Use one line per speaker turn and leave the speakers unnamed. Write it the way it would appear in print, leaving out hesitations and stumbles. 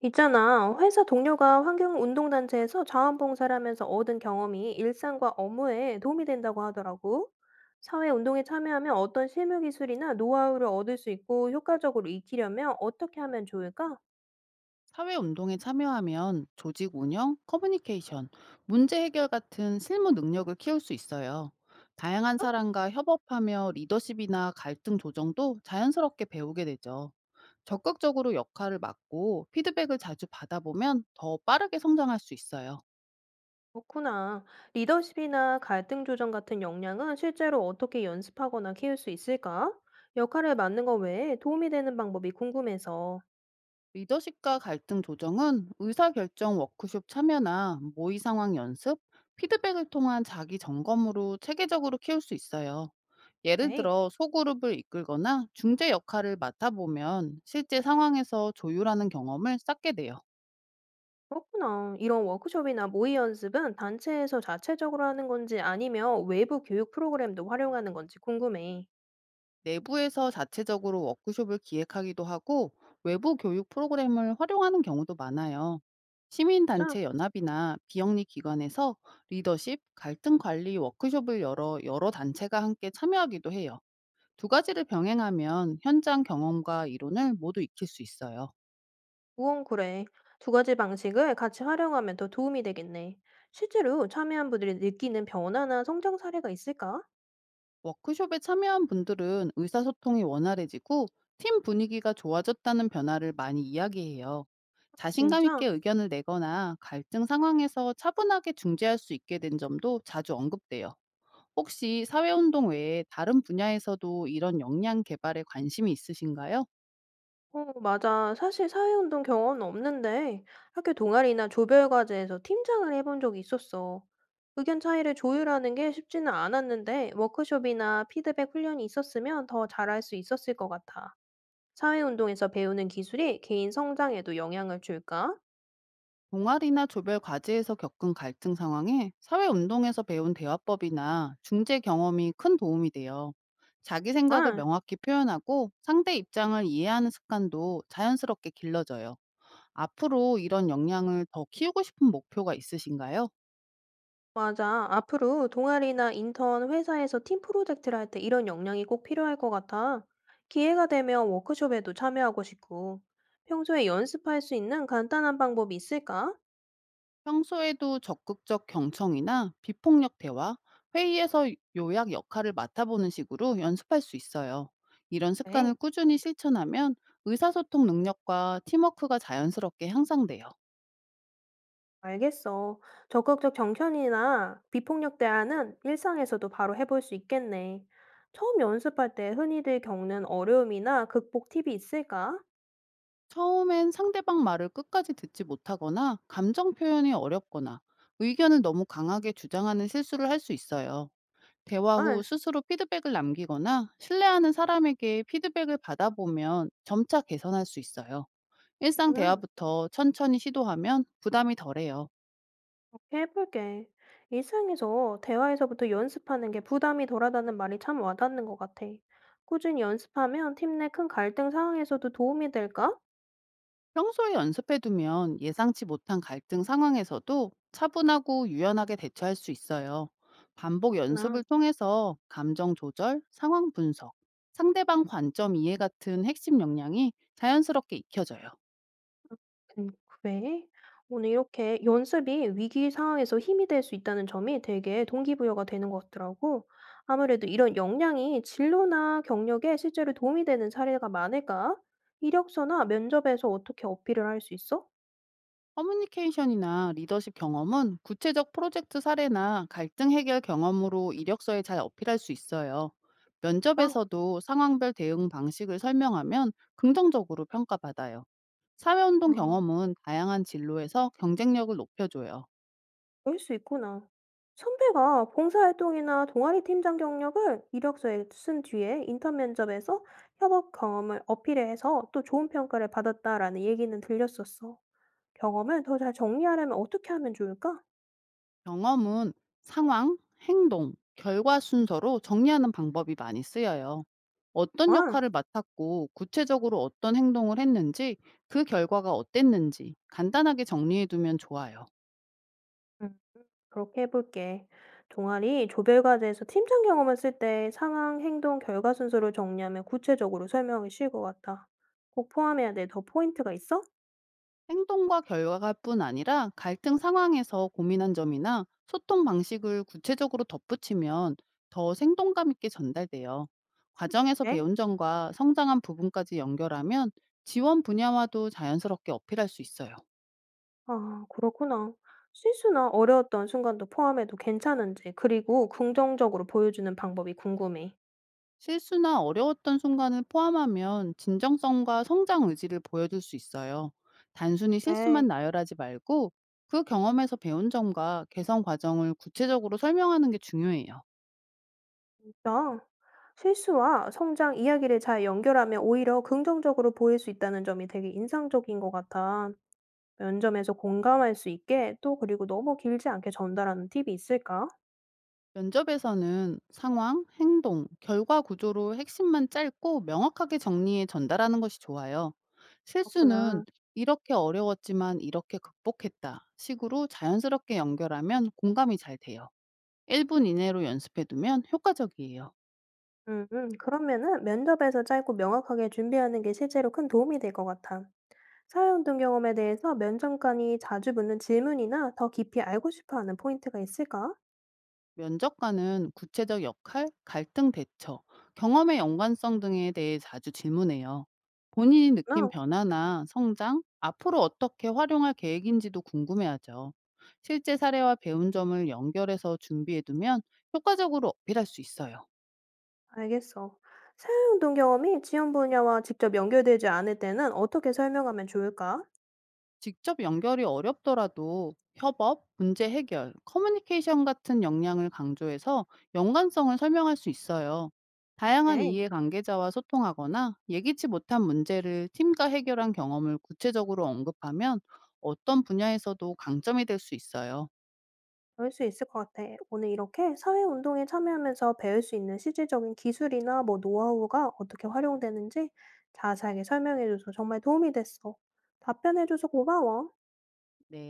있잖아. 회사 동료가 환경운동단체에서 자원봉사를 하면서 얻은 경험이 일상과 업무에 도움이 된다고 하더라고. 사회운동에 참여하면 어떤 실무 기술이나 노하우를 얻을 수 있고 효과적으로 익히려면 어떻게 하면 좋을까?
사회운동에 참여하면 조직 운영, 커뮤니케이션, 문제 해결 같은 실무 능력을 키울 수 있어요. 다양한
어?
사람과 협업하며 리더십이나 갈등 조정도 자연스럽게 배우게 되죠. 적극적으로 역할을 맡고 피드백을 자주 받아보면 더 빠르게 성장할 수 있어요.
그렇구나. 리더십이나 갈등 조정 같은 역량은 실제로 어떻게 연습하거나 키울 수 있을까? 역할을 맡는 것 외에 도움이 되는 방법이 궁금해서.
리더십과 갈등 조정은 의사결정 워크숍 참여나 모의 상황 연습, 피드백을 통한 자기 점검으로 체계적으로 키울 수 있어요. 예를
그래.
들어 소그룹을 이끌거나 중재 역할을 맡아보면 실제 상황에서 조율하는 경험을 쌓게 돼요.
그렇구나. 이런 워크숍이나 모의 연습은 단체에서 자체적으로 하는 건지 아니면 외부 교육 프로그램도 활용하는 건지 궁금해.
내부에서 자체적으로 워크숍을 기획하기도 하고 외부 교육 프로그램을 활용하는 경우도 많아요.
자,
시민단체 연합이나 비영리 기관에서 리더십, 갈등 관리 워크숍을 열어 여러 단체가 함께 참여하기도 해요. 두 가지를 병행하면 현장 경험과 이론을 모두 익힐 수 있어요.
우엉 그래. 두 가지 방식을 같이 활용하면 더 도움이 되겠네. 실제로 참여한 분들이 느끼는 변화나 성장 사례가 있을까?
워크숍에 참여한 분들은 의사소통이 원활해지고 팀 분위기가 좋아졌다는 변화를 많이 이야기해요. 자신감
진짜?
있게 의견을 내거나 갈등 상황에서 차분하게 중재할 수 있게 된 점도 자주 언급돼요. 혹시 사회운동 외에 다른 분야에서도 이런 역량 개발에 관심이 있으신가요?
어, 맞아. 사실 사회운동 경험은 없는데 학교 동아리나 조별과제에서 팀장을 해본 적이 있었어. 의견 차이를 조율하는 게 쉽지는 않았는데 워크숍이나 피드백 훈련이 있었으면 더 잘할 수 있었을 것 같아. 사회운동에서 배우는 기술이 개인 성장에도 영향을 줄까?
동아리나 조별 과제에서 겪은 갈등 상황에 사회운동에서 배운 대화법이나 중재 경험이 큰 도움이 돼요. 자기 생각을
아.
명확히 표현하고 상대 입장을 이해하는 습관도 자연스럽게 길러져요. 앞으로 이런 역량을 더 키우고 싶은 목표가 있으신가요?
맞아. 앞으로 동아리나 인턴 회사에서 팀 프로젝트를 할 때 이런 역량이 꼭 필요할 것 같아. 기회가 되면 워크숍에도 참여하고 싶고. 평소에 연습할 수 있는 간단한 방법이 있을까?
평소에도 적극적 경청이나 비폭력 대화, 회의에서 요약 역할을 맡아보는 식으로 연습할 수 있어요. 이런 습관을
네,
꾸준히 실천하면 의사소통 능력과 팀워크가 자연스럽게 향상돼요.
알겠어. 적극적 정편이나 비폭력 대화는 일상에서도 바로 해볼 수 있겠네. 처음 연습할 때 흔히들 겪는 어려움이나 극복 팁이 있을까?
처음엔 상대방 말을 끝까지 듣지 못하거나 감정 표현이 어렵거나 의견을 너무 강하게 주장하는 실수를 할 수 있어요. 대화
아,
후 스스로 피드백을 남기거나 신뢰하는 사람에게 피드백을 받아보면 점차 개선할 수 있어요. 일상
응.
대화부터 천천히 시도하면 부담이 덜해요.
해볼게. 일상에서 대화에서부터 연습하는 게 부담이 덜하다는 말이 참 와닿는 것 같아. 꾸준히 연습하면 팀 내 큰 갈등 상황에서도 도움이 될까?
평소에 연습해두면 예상치 못한 갈등 상황에서도 차분하고 유연하게 대처할 수 있어요. 반복
나,
연습을 통해서 감정 조절, 상황 분석, 상대방 관점 이해 같은 핵심 역량이 자연스럽게 익혀져요.
음, 그래. 오늘 이렇게 연습이 위기 상황에서 힘이 될 수 있다는 점이 되게 동기부여가 되는 것 같더라고. 아무래도 이런 역량이 진로나 경력에 실제로 도움이 되는 사례가 많을까? 이력서나 면접에서 어떻게 어필을 할 수 있어?
커뮤니케이션이나 리더십 경험은 구체적 프로젝트 사례나 갈등 해결 경험으로 이력서에 잘 어필할 수 있어요.
아,
면접에서도 상황별 대응 방식을 설명하면 긍정적으로 평가받아요. 사회운동
어.
경험은 다양한 진로에서 경쟁력을 높여줘요.
그럴 수 있구나. 선배가 봉사활동이나 동아리 팀장 경력을 이력서에 쓴 뒤에 인턴 면접에서 협업 경험을 어필해서 또 좋은 평가를 받았다라는 얘기는 들렸었어. 경험을 더 잘 정리하려면 어떻게 하면 좋을까?
경험은 상황, 행동, 결과 순서로 정리하는 방법이 많이 쓰여요. 어떤
아,
역할을 맡았고 구체적으로 어떤 행동을 했는지 그 결과가 어땠는지 간단하게 정리해 두면 좋아요.
음, 그렇게 해볼게. 동아리 조별과제에서 팀장 경험을 쓸 때 상황, 행동, 결과 순서로 정리하면 구체적으로 설명이 쉬울 것 같아. 꼭 포함해야 될 더 포인트가 있어?
행동과 결과뿐 아니라 갈등 상황에서 고민한 점이나 소통 방식을 구체적으로 덧붙이면 더 생동감 있게 전달돼요. 과정에서
네?
배운 점과 성장한 부분까지 연결하면 지원 분야와도 자연스럽게 어필할 수 있어요.
아 그렇구나. 실수나 어려웠던 순간도 포함해도 괜찮은지 그리고 긍정적으로 보여주는 방법이 궁금해.
실수나 어려웠던 순간을 포함하면 진정성과 성장 의지를 보여줄 수 있어요. 단순히 실수만
네.
나열하지 말고 그 경험에서 배운 점과 개선 과정을 구체적으로 설명하는 게 중요해요.
진짜? 실수와 성장 이야기를 잘 연결하면 오히려 긍정적으로 보일 수 있다는 점이 되게 인상적인 것 같아. 면접에서 공감할 수 있게 또 그리고 너무 길지 않게 전달하는 팁이 있을까?
면접에서는 상황, 행동, 결과 구조로 핵심만 짧고 명확하게 정리해 전달하는 것이 좋아요. 실수는
그렇구나.
이렇게 어려웠지만 이렇게 극복했다 식으로 자연스럽게 연결하면 공감이 잘 돼요. 1분 이내로 연습해 두면 효과적이에요.
그러면은 면접에서 짧고 명확하게 준비하는 게 실제로 큰 도움이 될 것 같아. 사회 운동 경험에 대해서 면접관이 자주 묻는 질문이나 더 깊이 알고 싶어 하는 포인트가 있을까?
면접관은 구체적 역할, 갈등 대처, 경험의 연관성 등에 대해 자주 질문해요. 본인이 느낀
아
변화나 성장, 앞으로 어떻게 활용할 계획인지도 궁금해하죠. 실제 사례와 배운 점을 연결해서 준비해두면 효과적으로 어필할 수 있어요.
알겠어. 사회 운동 경험이 지원 분야와 직접 연결되지 않을 때는 어떻게 설명하면 좋을까?
직접 연결이 어렵더라도 협업, 문제 해결, 커뮤니케이션 같은 역량을 강조해서 연관성을 설명할 수 있어요. 다양한
네,
이해 관계자와 소통하거나 예기치 못한 문제를 팀과 해결한 경험을 구체적으로 언급하면 어떤 분야에서도 강점이 될 수 있어요.
그럴 수 있을 것 같아. 오늘 이렇게 사회 운동에 참여하면서 배울 수 있는 실질적인 기술이나 뭐 노하우가 어떻게 활용되는지 자세하게 설명해줘서 정말 도움이 됐어. 답변해줘서 고마워.
네.